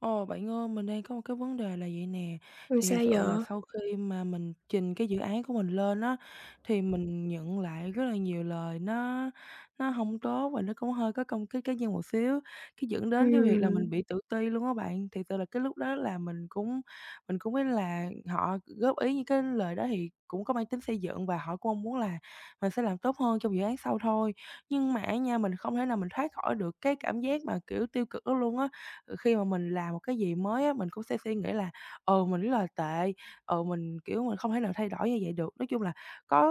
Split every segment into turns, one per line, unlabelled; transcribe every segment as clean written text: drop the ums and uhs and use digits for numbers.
Ồ, bạn ơi, mình đang có một cái vấn đề là vậy nè, thì
Sao
thiệt sự là
vậy?
sau khi mà mình trình cái dự án của mình lên á, thì mình nhận lại rất là nhiều lời nó không tốt và nó cũng hơi có công kích cá nhân một xíu, cái dẫn đến cái việc là
Ừm,
mình bị tự ti luôn á bạn. Thì sự là cái lúc đó là mình cũng biết là họ góp ý những cái lời đó thì cũng có mang tính xây dựng và họ cũng mong muốn là mình sẽ làm tốt hơn trong dự án sau thôi. Nhưng mà nha, mình không thể nào thoát khỏi được cái cảm giác mà, kiểu, tiêu cực đó luôn á. Khi mà mình làm một cái gì mới á, mình cũng sẽ suy nghĩ là "Ừ, mình rất là tệ, ừ, mình, kiểu, mình không thể nào thay đổi như vậy được." Nói chung là có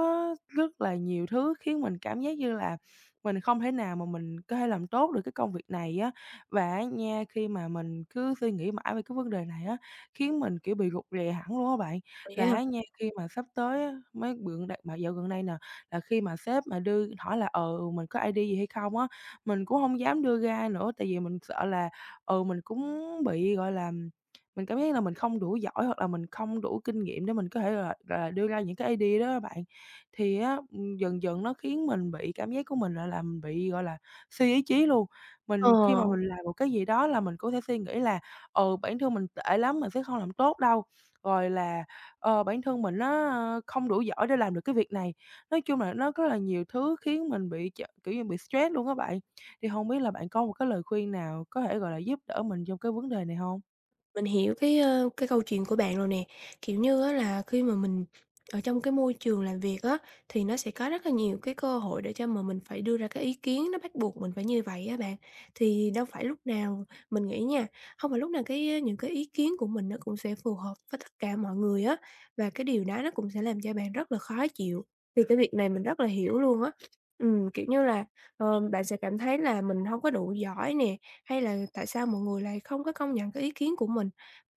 rất là nhiều thứ khiến mình cảm giác như là mình không thể nào mà mình có thể làm tốt được cái công việc này á. Và á nha, khi mà mình cứ suy nghĩ mãi về cái vấn đề này á, khiến mình, kiểu, bị gục rè hẳn luôn á bạn.
vậy á
Là á
hả?
nha, khi mà sắp tới á, mấy bữa đ mà dạo gần đây nè, là khi mà sếp mà đưa hỏi là, mình có idea gì hay không á, mình cũng không dám đưa ra nữa, tại vì mình sợ là ừ, mình cũng bị, gọi là, mình cảm giác là mình không đủ giỏi hoặc là mình không đủ kinh nghiệm để mình có thể, gọi là, đưa ra những cái idea đó á bạn. Thì á, dần dần nó khiến mình bị cảm giác của mình, gọi là, mình bị, gọi là, suy ý chí luôn.
Ờ.
Khi mà mình làm một cái gì đó là mình cũng sẽ suy nghĩ là "Ừ, bản thân mình tệ lắm, mình sẽ không làm tốt đâu", rồi là "Ờ, bản thân mình nó không đủ giỏi để làm được cái việc này." Nói chung là nó rất là nhiều thứ khiến mình bị, kiểu như, bị stress luôn các bạn. Thì không biết là bạn có một cái lời khuyên nào có thể, gọi là, giúp đỡ mình trong cái vấn đề này hông?
Mình hiểu cái câu chuyện của bạn rồi nè. Kiểu như á là khi mà mình ở trong cái môi trường làm việc á, thì nó sẽ có rất là nhiều cái cơ hội để cho mà mình phải đưa ra cái ý kiến nó bắt buộc mình phải như vậy á bạn. Thì đâu phải lúc nào mình nghĩ nha, không phải lúc nào cái những cái ý kiến của mình nó cũng sẽ phù hợp với tất cả mọi người á, và cái điều đó nó cũng sẽ làm cho bạn rất là khó chịu. Thì cái việc này mình rất là hiểu luôn á. Kiểu như là, bạn sẽ cảm thấy là mình không có đủ giỏi nè, hay là tại sao mọi người lại không có công nhận cái ý kiến của mình?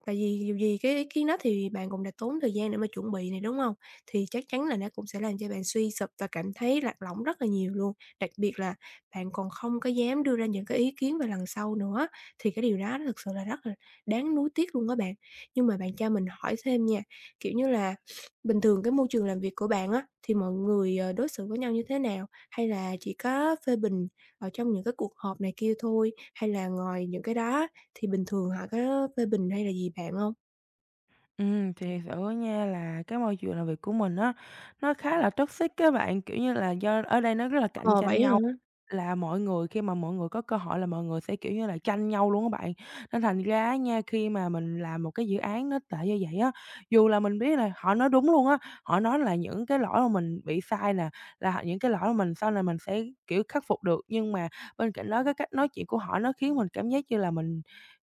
Tại vì dù gì cái ý kiến đó thì bạn cũng đã tốn thời gian để mà chuẩn bị này, đúng không? Thì chắc chắn là nó cũng sẽ làm cho bạn suy sụp và cảm thấy lạc lõng rất là nhiều luôn, đặc biệt là bạn còn không có dám đưa ra những cái ý kiến về lần sau nữa, thì cái điều đó thực sự là rất là đáng nuối tiếc luôn các bạn. Nhưng mà bạn cho mình hỏi thêm nha, kiểu như là, bình thường cái môi trường làm việc của bạn á, thì mọi người, đối xử với nhau như thế nào? Hay là chỉ có phê bình ở trong những cái cuộc họp này kia thôi? Hay là ngoài những cái đó thì bình thường họ có phê bình hay là gì bạn hông?
Thì thiệt sự á nha là cái môi trường làm việc của mình á, nó khá là toxic á bạn, kiểu như là, do ở đây nó rất là cạnh
Ờ,
tranh
vậy á
nhau.
hả?
Là mọi người khi mà mọi người có cơ hội là mọi người sẽ, kiểu như là, tranh nhau luôn á bạn. Nên thành ra á nha, khi mà mình làm một cái dự án nó tệ như vậy á, dù là mình biết là họ nói đúng luôn á, họ nói là những cái lỗi mà mình bị sai nè, là những cái lỗi mà mình sau này mình sẽ, kiểu, khắc phục được. Nhưng mà bên cạnh đó cái cách nói chuyện của họ nó khiến mình cảm giác như là mình,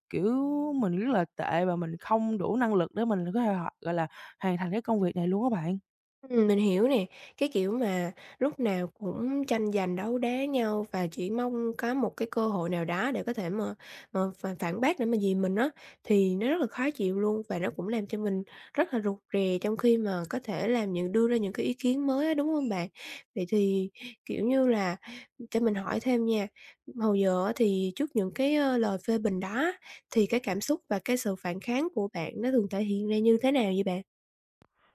kiểu, mình rất là tệ và mình không đủ năng lực để mình có thể gọi là, hoàn thành cái công việc này luôn á bạn.
Mình hiểu nè, cái kiểu mà lúc nào cũng tranh giành đấu đá nhau và chỉ mong có một cái cơ hội nào đó để có thể mà phản phản bác để mà dìm mình á, thì nó rất là khó chịu luôn và nó cũng làm cho mình rất là rụt rè trong khi mà có thể làm những đưa ra những cái ý kiến mới á, đúng không bạn? Vậy thì, kiểu như là, cho mình hỏi thêm nha, hồi giờ á thì trước những lời phê bình đó á, thì cái cảm xúc và cái sự phản kháng của bạn nó thường thể hiện ra như thế nào vậy bạn?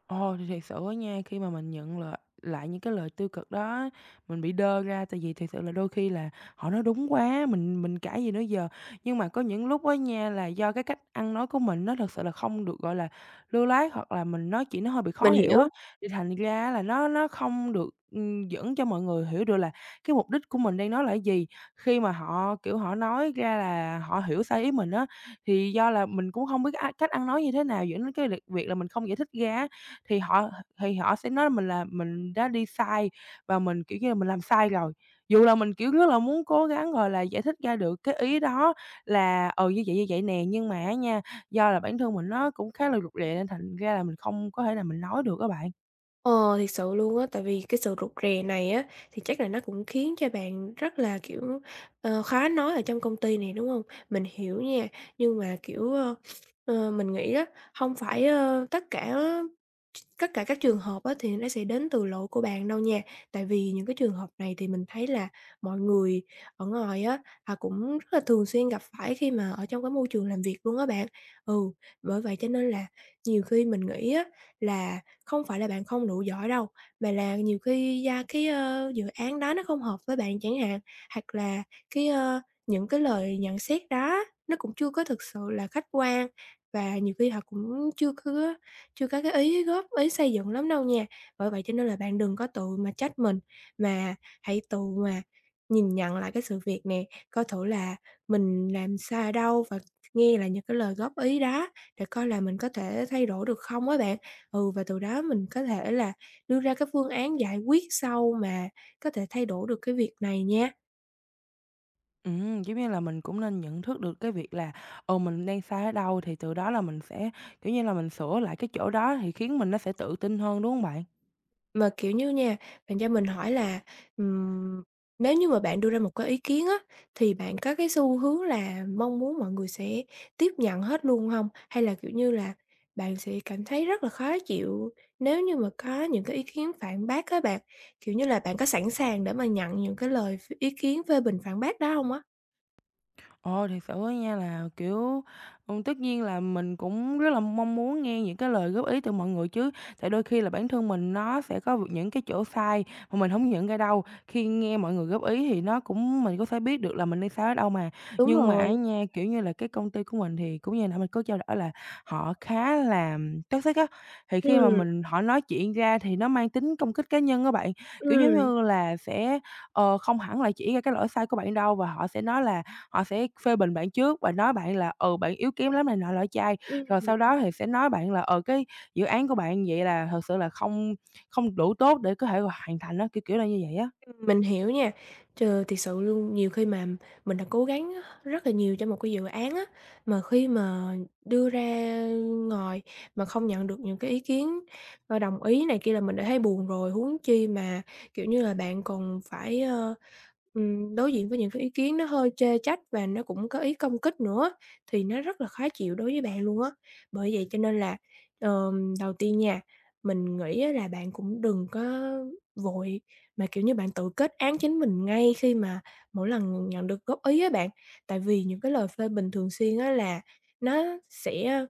Ồ, thì thiệt sự á nha, khi mà mình nhận lại lại những cái lời tiêu cực đó mình bị đơ ra tại vì thiệt sự là đôi khi là họ nói đúng quá, mình cãi gì nữa giờ. Nhưng mà có những lúc á nha, là do cái cách ăn nói của mình nó thật sự là không được, gọi là, lưu loát hoặc là mình nói chuyện nó hơi bị
Mình
khó hiểu
hiểu.
á, thì thành ra là nó không được, dẫn cho mọi người hiểu được là cái mục đích của mình đang nói là cái gì. Khi mà họ, kiểu, họ nói ra là họ hiểu sai ý mình á, thì do là mình cũng không biết á, cách ăn nói như thế nào dẫn đến cái việc là mình không giải thích ra á thì họ sẽ nói mình là mình đã đi sai và mình, kiểu như là, mình làm sai rồi. Dù là mình, kiểu, rất là muốn cố gắng, gọi là, giải thích ra được cái ý đó là, ừ, như vậy nè, nhưng mà á nha, do là bản thân mình nó cũng khá là rụt rè nên thành ra là mình không có thể nào mình nói được á bạn.
Ờ, thiệt sự luôn á, tại vì cái sự rụt rè này á, thì chắc là nó cũng khiến cho bạn rất là, kiểu, khó nói ở trong công ty này, đúng không? Mình hiểu nha, nhưng mà, kiểu, mình nghĩ á, không phải, tất cả các trường hợp á, thì nó sẽ đến từ lỗi của bạn đâu nha. Tại vì những cái trường hợp này thì mình thấy là mọi người ở ngoài á, họ cũng rất là thường xuyên gặp phải khi mà ở trong cái môi trường làm việc luôn á bạn. Ừ, bởi vậy cho nên là nhiều khi mình nghĩ á là không phải là bạn không đủ giỏi đâu, mà là nhiều khi ra dự án đó nó không hợp với bạn chẳng hạn, hoặc là cái, ơ, những cái lời nhận xét đó nó cũng chưa có thực sự là khách quan và nhiều khi họ cũng chưa có cái ý góp ý xây dựng lắm đâu nha. Bởi vậy cho nên là bạn đừng có tự mà trách mình, mà hãy tự mà nhìn nhận lại cái sự việc nè, coi thử là mình làm sai ở đâu và nghe là những cái lời góp ý đó để coi là mình có thể thay đổi được không á bạn. Ừ, và từ đó mình có thể là đưa ra cái phương án giải quyết sau mà có thể thay đổi được cái việc này nha.
Giống như là mình cũng nên nhận thức được cái việc là, ừ, mình đang sai ở đâu thì từ đó là mình sẽ, kiểu như là, mình sửa lại cái chỗ đó thì khiến mình nó sẽ tự tin hơn, đúng hông bạn?
Mà, kiểu như nha, bạn cho mình hỏi là, ừm, nếu như mà bạn đưa ra một cái ý kiến á, thì bạn có cái xu hướng là mong muốn mọi người sẽ tiếp nhận hết luôn hông? Hay là, kiểu như là, bạn sẽ cảm thấy rất là khó chịu nếu như mà có những cái ý kiến phản bác á bạn? Kiểu như là, bạn có sẵn sàng để mà nhận những cái lời ý kiến phê bình phản bác đó hông á?
Ồ, thiệt sự á nha là, kiểu, tất nhiên là mình cũng rất là mong muốn nghe những cái lời góp ý từ mọi người chứ, tại đôi khi là bản thân mình nó sẽ có những cái chỗ sai mà mình không nhận ra đâu. Khi nghe mọi người góp ý thì nó cũng mình có thể biết được là mình đi sai ở đâu mà.
Đúng
Nhưng mà á
rồi.
nha, kiểu như là, cái công ty của mình thì cũng như là mình có trao đổi là họ khá là toxic á, thì khi mà
Ừm,
mình họ nói chuyện ra thì nó mang tính công kích cá nhân các bạn. Kiểu, giống
ừm,
như là, sẽ, không hẳn là chỉ ra cái lỗi sai của bạn đâu và họ sẽ nói là họ sẽ phê bình bạn trước và nói bạn là "Ừ, bạn yếu kém lắm" này nọ lỗi chai, rồi
ừm.
sau đó thì sẽ nói bạn là "Ờ, cái dự án của bạn vậy là thật sự là không không đủ tốt để có thể hoàn thành á", kiểu, kiểu là như vậy á.
Mình hiểu nha. Trời, thiệt sự luôn, nhiều khi mà mình đã cố gắng á rất là nhiều cho một cái dự án á, mà khi mà đưa ra ngoài mà không nhận được những cái ý kiến, đồng ý này kia là mình đã thấy buồn rồi, huống chi mà, kiểu như là, bạn còn phải, đối diện với những cái ý kiến nó hơi chê trách và nó cũng có ý công kích nữa, thì nó rất là khó chịu đối với bạn luôn á. Bởi vậy cho nên là, đầu tiên nha, mình nghĩ á là bạn cũng đừng có vội, mà, kiểu như, bạn tự kết án chính mình ngay khi mà mỗi lần nhận được góp ý á bạn. Tại vì những cái lời phê bình thường xuyên á là nó sẽ,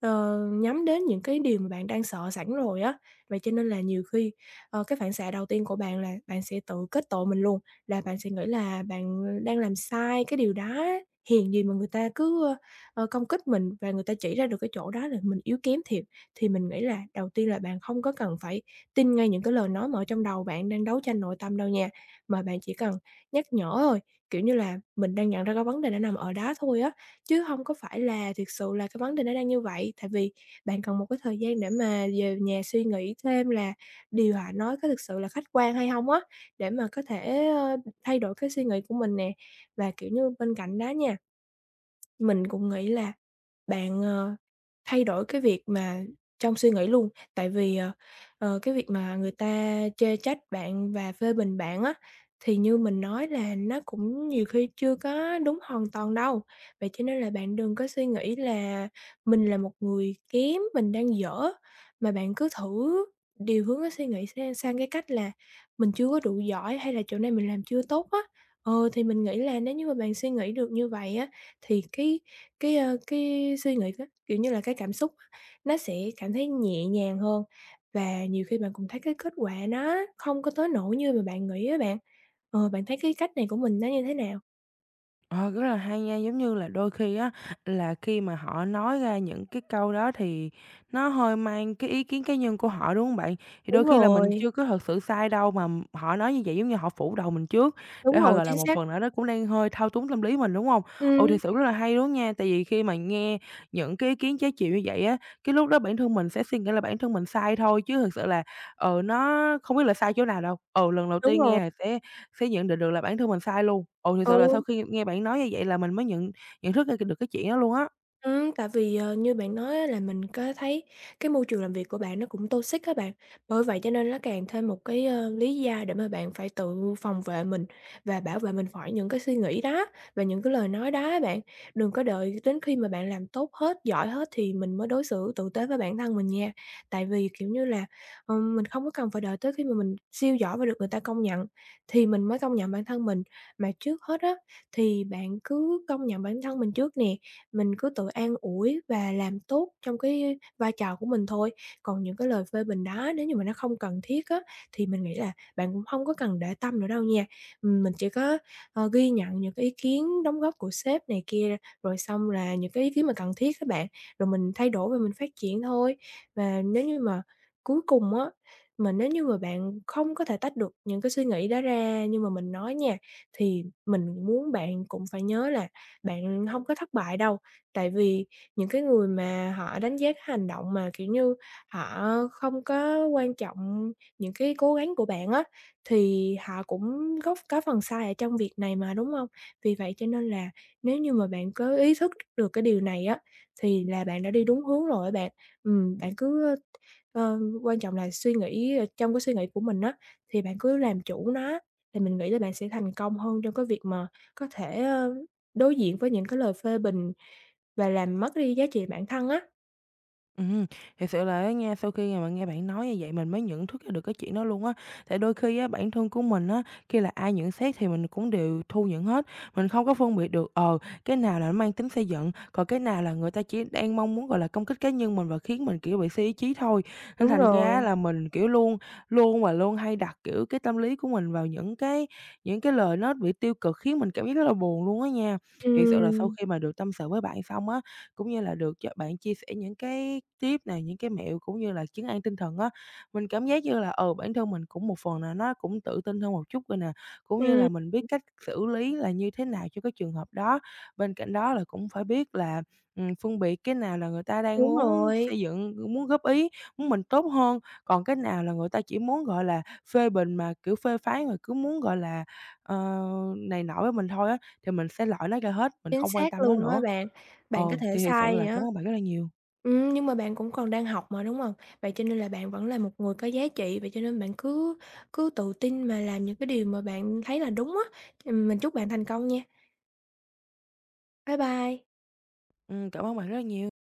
nhắm đến những cái điều mà bạn đang sợ sẵn rồi á. Vậy cho nên là nhiều khi, cái phản xạ đầu tiên của bạn là bạn sẽ tự kết tội mình luôn, là bạn sẽ nghĩ là bạn đang làm sai cái điều đó hiền gì mà người ta cứ, công kích mình và người ta chỉ ra được cái chỗ đó là mình yếu kém thiệt. Thì mình nghĩ là đầu tiên là bạn không có cần phải tin ngay những cái lời nói mà ở trong đầu bạn đang đấu tranh nội tâm đâu nha, mà bạn chỉ cần nhắc nhở thôi, kiểu như là, mình đang nhận ra cái vấn đề nó nằm ở đó thôi á, chứ không có phải là thực sự là cái vấn đề nó đang như vậy. Tại vì bạn cần một cái thời gian để mà về nhà suy nghĩ thêm là điều họ nói có thực sự là khách quan hay không á, để mà có thể, thay đổi cái suy nghĩ của mình nè. Và, kiểu như, bên cạnh đó nha, mình cũng nghĩ là bạn, thay đổi cái việc mà trong suy nghĩ luôn, tại vì, cái việc mà người ta chê trách bạn và phê bình bạn á, thì như mình nói là nó cũng nhiều khi chưa có đúng hoàn toàn đâu. Vậy cho nên là bạn đừng có suy nghĩ là mình là một người kém, mình đang dở, mà bạn cứ thử điều hướng cái suy nghĩ sang sang cái cách là mình chưa có đủ giỏi hay là chỗ này mình làm chưa tốt á. Ờ, thì mình nghĩ là nếu như mà bạn suy nghĩ được như vậy á, thì cái suy nghĩ đó, kiểu như là, cái cảm xúc á, nó sẽ cảm thấy nhẹ nhàng hơn và nhiều khi bạn cũng thấy cái kết quả nó không có tới nỗi như mà bạn nghĩ á bạn. Ờ, bạn thấy cái cách này của mình nó như thế nào?
Ờ, rất là hay nha, giống như là đôi khi á, là khi mà họ nói ra những cái câu đó thì nó hơi mang cái ý kiến cá nhân của họ, đúng không bạn? Thì
Đúng
đôi khi là mình
rồi,
chưa có thật sự sai đâu mà họ nói như vậy giống như họ phủ đầu mình trước,
đúng
để họ,
rồi,
gọi là,
chính
một
xác.
phần nào đó cũng đang hơi thao túng tâm lý mình, đúng không? Ừ,
Ừm,
thì sự rất là hay đúng nha, tại vì khi mà nghe những cái ý kiến trái chiều như vậy á, cái lúc đó bản thân mình sẽ suy nghĩ là bản thân mình sai thôi chứ thực sự là, ừ, nó không biết là sai chỗ nào đâu. Ừ, lần đầu
đúng
tiên
rồi,
nghe thì sẽ nhận định được là bản thân mình sai luôn. Ồ thực
ừ.
sự là sau khi nghe bạn nói như vậy là mình mới nhận nhận thức ra được cái chuyện đó luôn á.
Tại vì, như bạn nói á là mình có thấy cái môi trường làm việc của bạn nó cũng toxic các bạn, bởi vậy cho nên nó càng thêm một lý do để mà bạn phải tự phòng vệ mình và bảo vệ mình khỏi những cái suy nghĩ đó và những cái lời nói đó á bạn. Đừng có đợi đến khi mà bạn làm tốt hết, giỏi hết thì mình mới đối xử tử tế với bản thân mình nha. Tại vì, kiểu như là, mình không có cần phải đợi tới khi mà mình siêu giỏi và được người ta công nhận thì mình mới công nhận bản thân mình. Mà trước hết á, thì bạn cứ công nhận bản thân mình trước nè, mình cứ tự an ủi và làm tốt trong cái vai trò của mình thôi. Còn những cái lời phê bình đó nếu như mà nó không cần thiết á, thì mình nghĩ là bạn cũng không có cần để tâm nữa đâu nha. Mình chỉ có, ghi nhận những cái ý kiến đóng góp của sếp này kia, rồi xong là những cái ý kiến mà cần thiết các bạn, rồi mình thay đổi và mình phát triển thôi. Và nếu như mà cuối cùng á, mà nếu như mà bạn không có thể tách được những cái suy nghĩ đó ra nhưng mà mình nói nha, thì mình muốn bạn cũng phải nhớ là bạn không có thất bại đâu. Tại vì những cái người mà họ đánh giá cái hành động mà, kiểu như, họ không có quan trọng những cái cố gắng của bạn á, thì họ cũng góp có phần sai ở trong việc này mà, đúng không? Vì vậy cho nên là nếu như mà bạn có ý thức được cái điều này á, thì là bạn đã đi đúng hướng rồi á bạn. Bạn cứ, quan trọng là suy nghĩ, trong cái suy nghĩ của mình á, thì bạn cứ làm chủ nó, thì mình nghĩ là bạn sẽ thành công hơn trong cái việc mà có thể, đối diện với những cái lời phê bình và làm mất đi giá trị bản thân á.
Ừm, thiệt sự là á nha, sau khi mà nghe bạn nói như vậy mình mới nhận thức ra được cái chuyện đó luôn á. Tại đôi khi á, bản thân của mình á, khi là ai nhận xét thì mình cũng đều thu nhận hết, mình không có phân biệt được, cái nào là nó mang tính xây dựng, còn cái nào là người ta chỉ đang mong muốn, gọi là, công kích cá nhân mình và khiến mình, kiểu, bị suy ý chí thôi. Nên
Đúng
thành ra
rồi.
là mình, kiểu, luôn luôn và luôn hay đặt, kiểu, cái tâm lý của mình vào những cái lời nó bị tiêu cực khiến mình cảm giác rất là buồn luôn á nha. Thiệt sự là sau
Ừm,
khi mà được tâm sự với bạn xong á, cũng như là được cho bạn chia sẻ những cái tip này, những cái mẹo cũng như là trấn an tinh thần á. Mình cảm giác như là, ừ, bản thân mình cũng một phần nào nó cũng tự tin hơn một chút rồi nè, cũng như
ừm,
là mình biết cách xử lý là như thế nào cho cái trường hợp đó. Bên cạnh đó là cũng phải biết là, phân biệt cái nào là người ta đang
đúng
muốn
rồi,
xây dựng, muốn góp ý, muốn mình tốt hơn, còn cái nào là người ta chỉ muốn, gọi là, phê bình mà, kiểu, phê phán mà cứ muốn, gọi là, ờ, này nọ với mình thôi á, thì mình sẽ loại nó ra hết, mình
chính
không quan
xác
tâm nó
luôn á
nữa.
bạn.
Ờ,
Bạn có thể
thì thiệt sự
sai
là
vậy.
cảm ơn bạn rất là nhiều.
Nhưng mà bạn cũng còn đang học mà, đúng hông? Vậy cho nên là bạn vẫn là một người có giá trị, vậy cho nên bạn cứ cứ tự tin mà làm những cái điều mà bạn thấy là đúng á. Mình chúc bạn thành công nha. Bye bye.
Cảm ơn bạn rất là nhiều.